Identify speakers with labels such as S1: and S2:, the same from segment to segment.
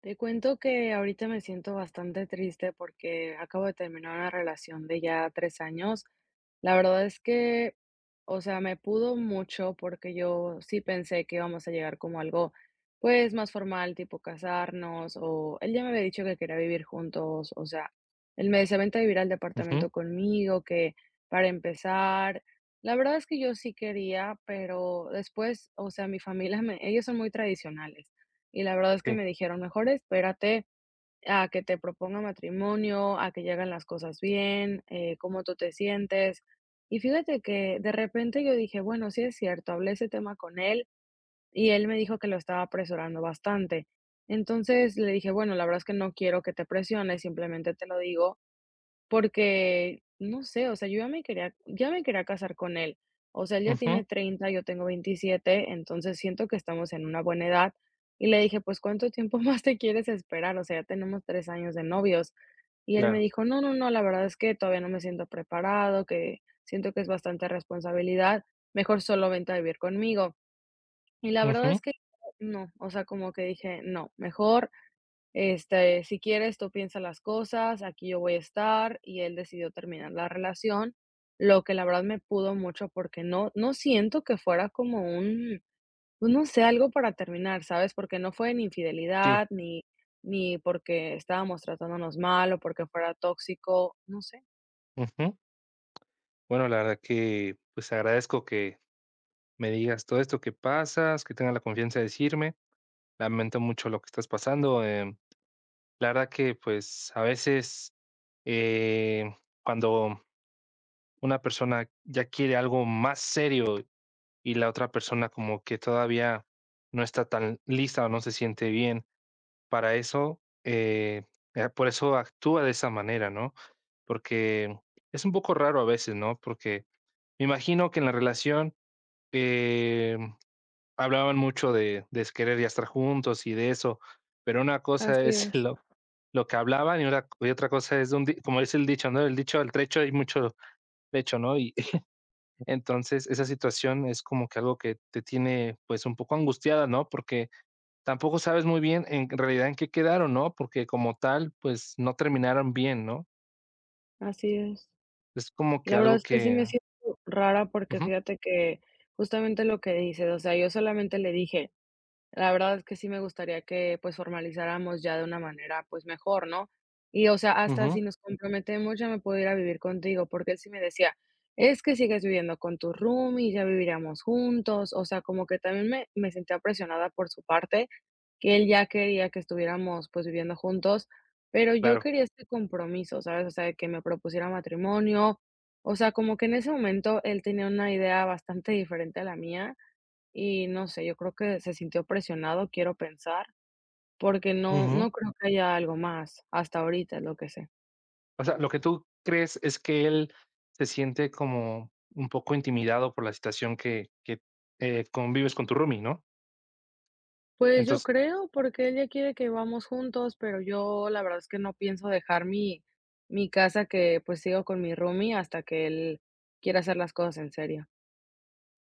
S1: Te cuento que ahorita me siento bastante triste porque acabo de terminar una relación de ya 3 años. La verdad es que, o sea, me pudo mucho porque yo sí pensé que íbamos a llegar como algo, pues, más formal, tipo casarnos, o él ya me había dicho que quería vivir juntos. O sea, él me decía: "Vente a vivir al
S2: Ujú,
S1: departamento conmigo". Que para empezar, la verdad es que yo sí quería, pero después, o sea, mi familia, ellos son muy tradicionales. Y la verdad es que
S2: sí,
S1: me dijeron: "Mejor espérate a que te proponga matrimonio, a que ya las cosas bien, cómo tú te sientes". Y fíjate que de repente yo dije: "Bueno, sí es cierto", hablé ese tema con él y él me dijo que lo estaba apresurando bastante. Entonces le dije: "Bueno, la verdad es que no quiero que te presiones, simplemente te lo digo porque, no sé, o sea, yo ya me quería casar con él. O sea, él ya tiene
S2: ujú,
S1: 30, yo tengo 27, entonces siento que estamos en una buena edad". Y le dije: "Pues, ¿cuánto tiempo más te quieres esperar? O sea, ya tenemos 3 años de novios". Y él me
S2: claro,
S1: dijo: "No, no, no, la verdad es que todavía no me siento preparado, que siento que es bastante responsabilidad, mejor solo vente a vivir conmigo". Y la verdad es
S2: ujú,
S1: que no, o sea, como que dije: "No, mejor si quieres, tú piensa las cosas, aquí yo voy a estar". Y él decidió terminar la relación, lo que la verdad me pudo mucho porque no siento que fuera como un, pues, no sé, algo para terminar, ¿sabes? Porque no fue ni
S2: sí,
S1: infidelidad, ni porque estábamos tratándonos mal, o porque fuera tóxico, no sé.
S2: ujú. Bueno, la verdad que, pues, agradezco que me digas todo esto que pasas, que tengas la confianza de decirme. Lamento mucho lo que estás pasando. La verdad que, pues, a veces, eh, cuando una persona ya quiere algo más serio y la otra persona como que todavía no está tan lista o no se siente bien. Para eso, eh, por eso actúa de esa manera, ¿no? Porque es un poco raro a veces, ¿no? Porque me imagino que en la relación, eh, hablaban mucho de querer ya estar juntos y de eso, pero una cosa
S1: Así
S2: es
S1: es,
S2: lo que hablaban y una y otra cosa es de un di como dice el dicho, ¿no? El dicho al trecho hay mucho trecho, ¿no? Y entonces esa situación es como que algo que te tiene, pues, un poco angustiada, ¿no? Porque tampoco sabes muy bien en realidad en qué quedaron, ¿no? Porque como tal, pues no terminaron bien, ¿no?
S1: así es.
S2: Es como que
S1: La verdad
S2: algo
S1: es que sí me
S2: que…
S1: siento rara porque
S2: Ujú,
S1: fíjate que justamente lo que dices, o sea, yo solamente le dije: "La verdad es que sí me gustaría que, pues, formalizáramos ya de una manera, pues, mejor, ¿no? Y, o sea, hasta si
S2: ujú,
S1: nos comprometemos, ya me puedo ir a vivir contigo", porque él sí me decía: "Es que sigues viviendo con tus roomies, ya viviríamos juntos". O sea, como que también me sentía presionada por su parte, que él ya quería que estuviéramos, pues, viviendo juntos, pero yo
S2: claro,
S1: quería este compromiso, ¿sabes? O sea, de que me propusiera matrimonio. O sea, como que en ese momento él tenía una idea bastante diferente a la mía, y no sé, yo creo que se sintió presionado, quiero pensar, porque no
S2: ujú.
S1: no creo que haya algo más, hasta ahorita es lo que sé.
S2: O sea, lo que tú crees es que él se siente como un poco intimidado por la situación que convives con tu roomie, ¿no?
S1: Pues yo
S2: Entonces
S1: creo, porque ella quiere que vamos juntos, pero yo la verdad es que no pienso dejar mi casa, que, pues, sigo con mi roomie hasta que él quiera hacer las cosas en serio.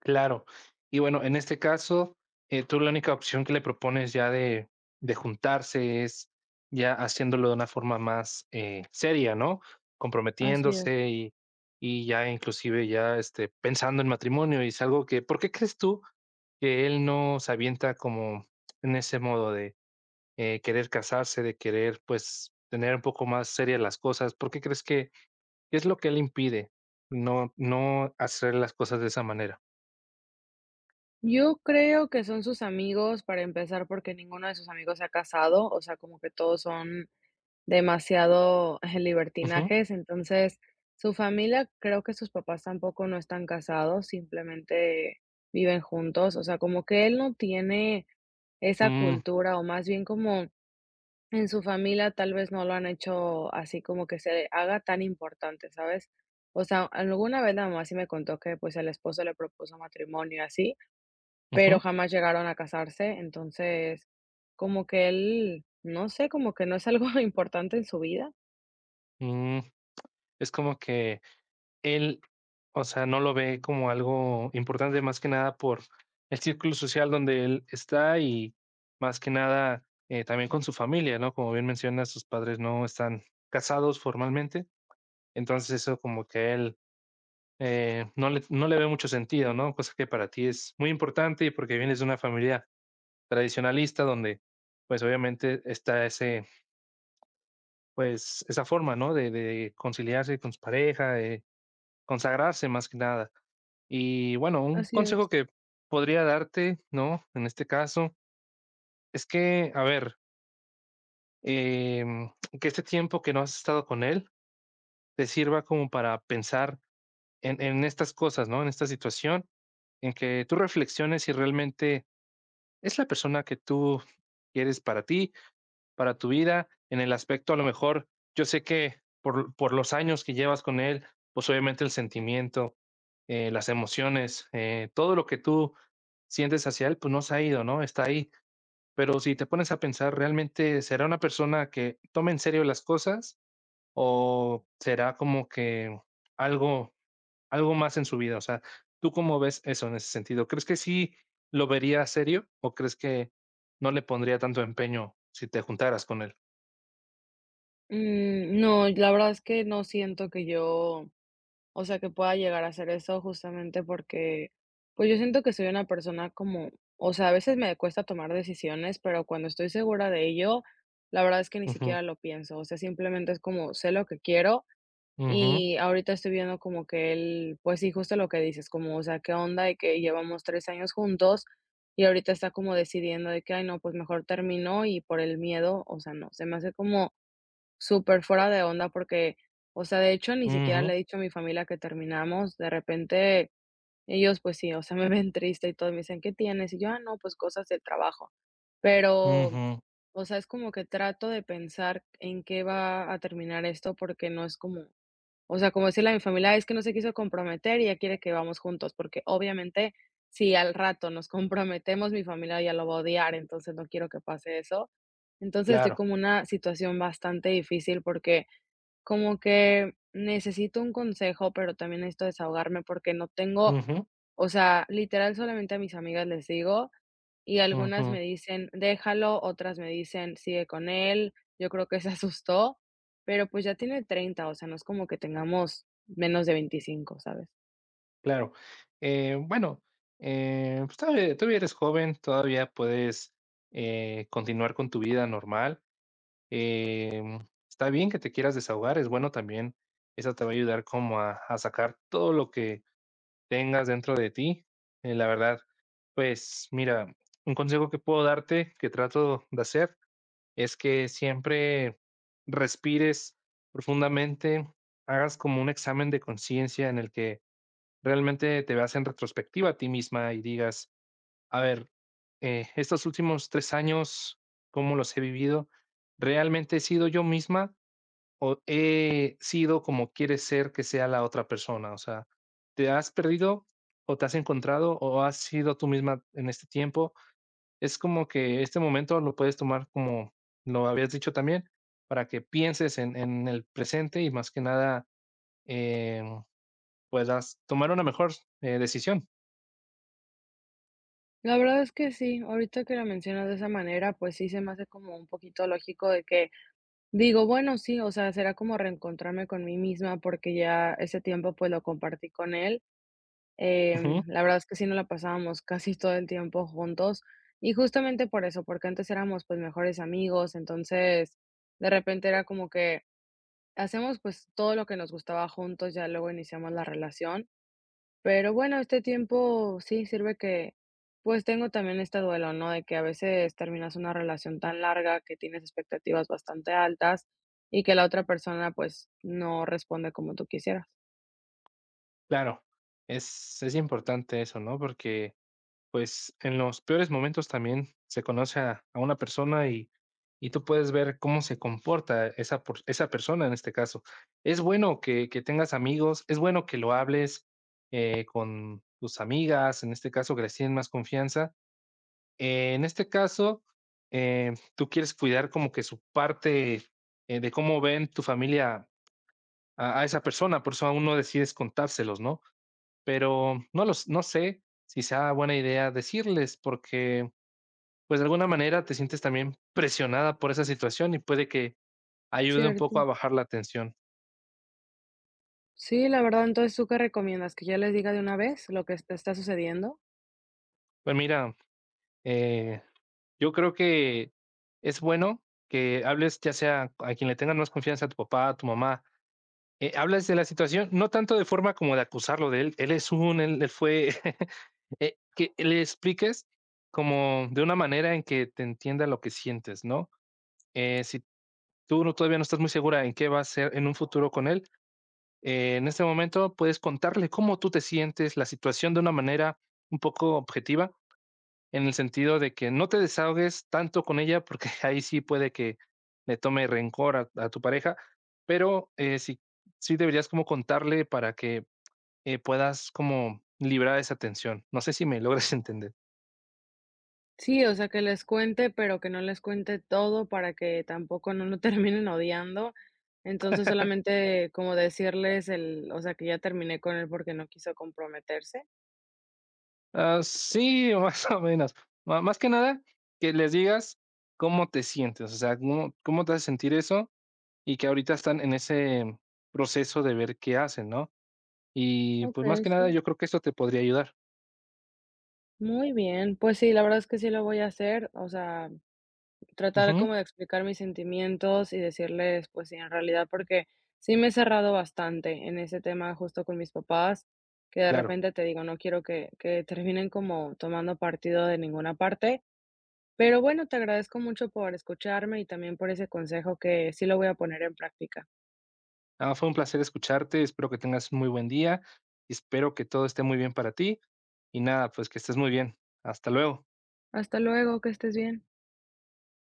S2: Claro. Y bueno, en este caso, tú la única opción que le propones ya de juntarse es ya haciéndolo de una forma más seria, ¿no?
S1: Así es.
S2: Comprometiéndose y ya inclusive ya pensando en matrimonio. Y es algo que, ¿por qué crees tú que él no se avienta como en ese modo de querer casarse, de querer pues tener un poco más serias las cosas? ¿Por qué crees que qué es lo que él impide no, no hacer las cosas de esa manera?
S1: Yo creo que son sus amigos para empezar, porque ninguno de sus amigos se ha casado, o sea, como que todos son demasiado
S2: Ujú.
S1: libertinajes. Entonces, su familia, creo que sus papás tampoco no están casados, simplemente viven juntos. O sea, como que él no tiene esa
S2: Mm,
S1: cultura, o más bien como en su familia tal vez no lo han hecho así como que se haga tan importante, ¿sabes? O sea, alguna vez la mamá sí me contó que pues el esposo le propuso matrimonio y así, pero
S2: ujú,
S1: jamás llegaron a casarse. Entonces, como que él, no sé, como que no es algo importante en su vida.
S2: mm, es como que él, o sea, no lo ve como algo importante, más que nada por el círculo social donde él está y más que nada, también con su familia, ¿no? Como bien menciona, sus padres no están casados formalmente, entonces eso como que él, no le ve mucho sentido, ¿no? Cosa que para ti es muy importante y porque vienes de una familia tradicionalista donde, pues, obviamente está esa forma, ¿no? De conciliarse con su pareja, consagrarse más que nada. Y bueno, un
S1: Así es.
S2: consejo que podría darte, ¿no? En este caso, es que, a ver, em, que este tiempo que no has estado con él te sirva como para pensar en estas cosas, ¿no? En esta situación, en que tú reflexiones si realmente es la persona que tú quieres para ti, para tu vida, en el aspecto, a lo mejor, yo sé que por los años que llevas con él, pues, obviamente el sentimiento, las emociones, todo lo que tú sientes hacia él, pues no se ha ido, ¿no? Está ahí. Pero si te pones a pensar, ¿realmente será una persona que tome en serio las cosas o será como que algo, más en su vida? O sea, ¿tú cómo ves eso en ese sentido? ¿Crees que sí lo vería serio o crees que no le pondría tanto empeño si te juntaras con él?
S1: No, la verdad es que no siento que yo, o sea, que pueda llegar a hacer eso justamente porque, pues yo siento que soy una persona como, o sea, a veces me cuesta tomar decisiones, pero cuando estoy segura de ello, la verdad es que ni
S2: Ujú,
S1: siquiera lo pienso, o sea, simplemente es como sé lo que quiero.
S2: ujú,
S1: Y ahorita estoy viendo como que él, pues sí, justo lo que dices, como, o sea, qué onda de que llevamos 3 años juntos y ahorita está como decidiendo de que, ay, no, pues mejor termino y por el miedo, o sea, no, se me hace como súper fuera de onda. Porque, o sea, de hecho, ni siquiera le
S2: ujú,
S1: he dicho a mi familia que terminamos. De repente, ellos, pues sí, o sea, me ven triste y todo, me dicen: "¿Qué tienes?". Y yo: "Ah, no, pues cosas del trabajo". Pero,
S2: ujú,
S1: o sea, es como que trato de pensar en qué va a terminar esto, porque no es como, o sea, como decirle a mi familia: "Es que no se quiso comprometer y ya quiere que vamos juntos", porque obviamente, si al rato nos comprometemos, mi familia ya lo va a odiar, entonces no quiero que pase eso. Entonces, estoy
S2: claro.
S1: como una situación bastante difícil porque, como que necesito un consejo, pero también necesito desahogarme porque no tengo,
S2: Ujú,
S1: o sea, literal solamente a mis amigas les digo y algunas me
S2: ujú.
S1: dicen: "Déjalo", otras me dicen: "Sigue con él". Yo creo que se asustó, pero pues ya tiene 30, o sea, no es como que tengamos menos de 25, ¿sabes?
S2: Claro. Bueno, pues, todavía eres joven, todavía puedes, continuar con tu vida normal. Eh, Está bien que te quieras desahogar, es bueno también, eso te va a ayudar como a sacar todo lo que tengas dentro de ti. La verdad, pues, mira, un consejo que puedo darte, que trato de hacer, es que siempre respires profundamente, hagas como un examen de conciencia en el que realmente te veas en retrospectiva a ti misma y digas, a ver, estos últimos 3 años, ¿cómo los he vivido? ¿Realmente he sido yo misma o he sido como quieres ser que sea la otra persona? O sea, ¿te has perdido o te has encontrado o has sido tú misma en este tiempo? Es como que este momento lo puedes tomar como lo habías dicho también, para que pienses en el presente y más que nada, em, puedas tomar una mejor, decisión.
S1: La verdad es que sí, ahorita que lo mencionas de esa manera, pues sí se me hace como un poquito lógico de que digo: "Bueno, sí, o sea, será como reencontrarme con mí misma", porque ya ese tiempo, pues, lo compartí con él. La verdad es que sí nos la pasábamos casi todo el tiempo juntos y justamente por eso, porque antes éramos, pues, mejores amigos, entonces, de repente era como que hacemos, pues, todo lo que nos gustaba juntos, ya luego iniciamos la relación, pero bueno, este tiempo sí sirve que, pues, tengo también este duelo, ¿no? De que a veces terminas una relación tan larga que tienes expectativas bastante altas y que la otra persona, pues, no responde como tú quisieras.
S2: Claro, es importante eso, ¿no? Porque, pues, en los peores momentos también se conoce a una persona y tú puedes ver cómo se comporta esa por esa persona en este caso. Es bueno que tengas amigos, es bueno que lo hables, con tus amigas, en este caso, que les tienen más confianza. En este caso, tú quieres cuidar como que su parte, de cómo ven tu familia a esa persona, por eso aún no decides contárselos, ¿no? Pero no sé si sea buena idea decirles, porque, pues, de alguna manera te sientes también presionada por esa situación y puede que ayude un poco a
S1: Cierto.
S2: bajar la tensión.
S1: Sí, la verdad, entonces, ¿tú qué recomiendas? ¿Que ya les diga de una vez lo que te está sucediendo?
S2: Pues mira, eh, yo creo que es bueno que hables, ya sea a quien le tengas más confianza, a tu papá, a tu mamá, hables de la situación, no tanto de forma como de acusarlo de él, él fue… que le expliques como de una manera en que te entienda lo que sientes, ¿no? Si tú no, todavía no estás muy segura en qué va a ser en un futuro con él, en este momento puedes contarle cómo tú te sientes, la situación de una manera un poco objetiva, en el sentido de que no te desahogues tanto con ella, porque ahí sí puede que le tome rencor a tu pareja, pero sí, sí deberías como contarle para que puedas como librar esa tensión. No sé si me logras entender.
S1: Sí, o sea, que les cuente, pero que no les cuente todo para que tampoco no lo terminen odiando. Entonces, solamente como decirles o sea, que ya terminé con él porque no quiso comprometerse.
S2: Ah, sí, más o menos. Ma Más que nada, que les digas cómo te sientes, o sea, cómo te hace sentir eso, y que ahorita están en ese proceso de ver qué hacen, ¿no? Y, pues, más
S1: Okey,
S2: que nada,
S1: sí.
S2: yo creo que esto te podría ayudar.
S1: Muy bien. Pues sí, la verdad es que sí lo voy a hacer, o sea, tratar
S2: Ujú,
S1: como de explicar mis sentimientos y decirles, pues sí, en realidad, porque sí me he cerrado bastante en ese tema justo con mis papás, que de
S2: claro.
S1: repente te digo, no quiero que terminen como tomando partido de ninguna parte. Pero bueno, te agradezco mucho por escucharme y también por ese consejo que sí lo voy a poner en práctica.
S2: Ah, fue un placer escucharte, espero que tengas muy buen día, espero que todo esté muy bien para ti, y nada, pues, que estés muy bien. Hasta luego.
S1: Hasta luego, que estés bien.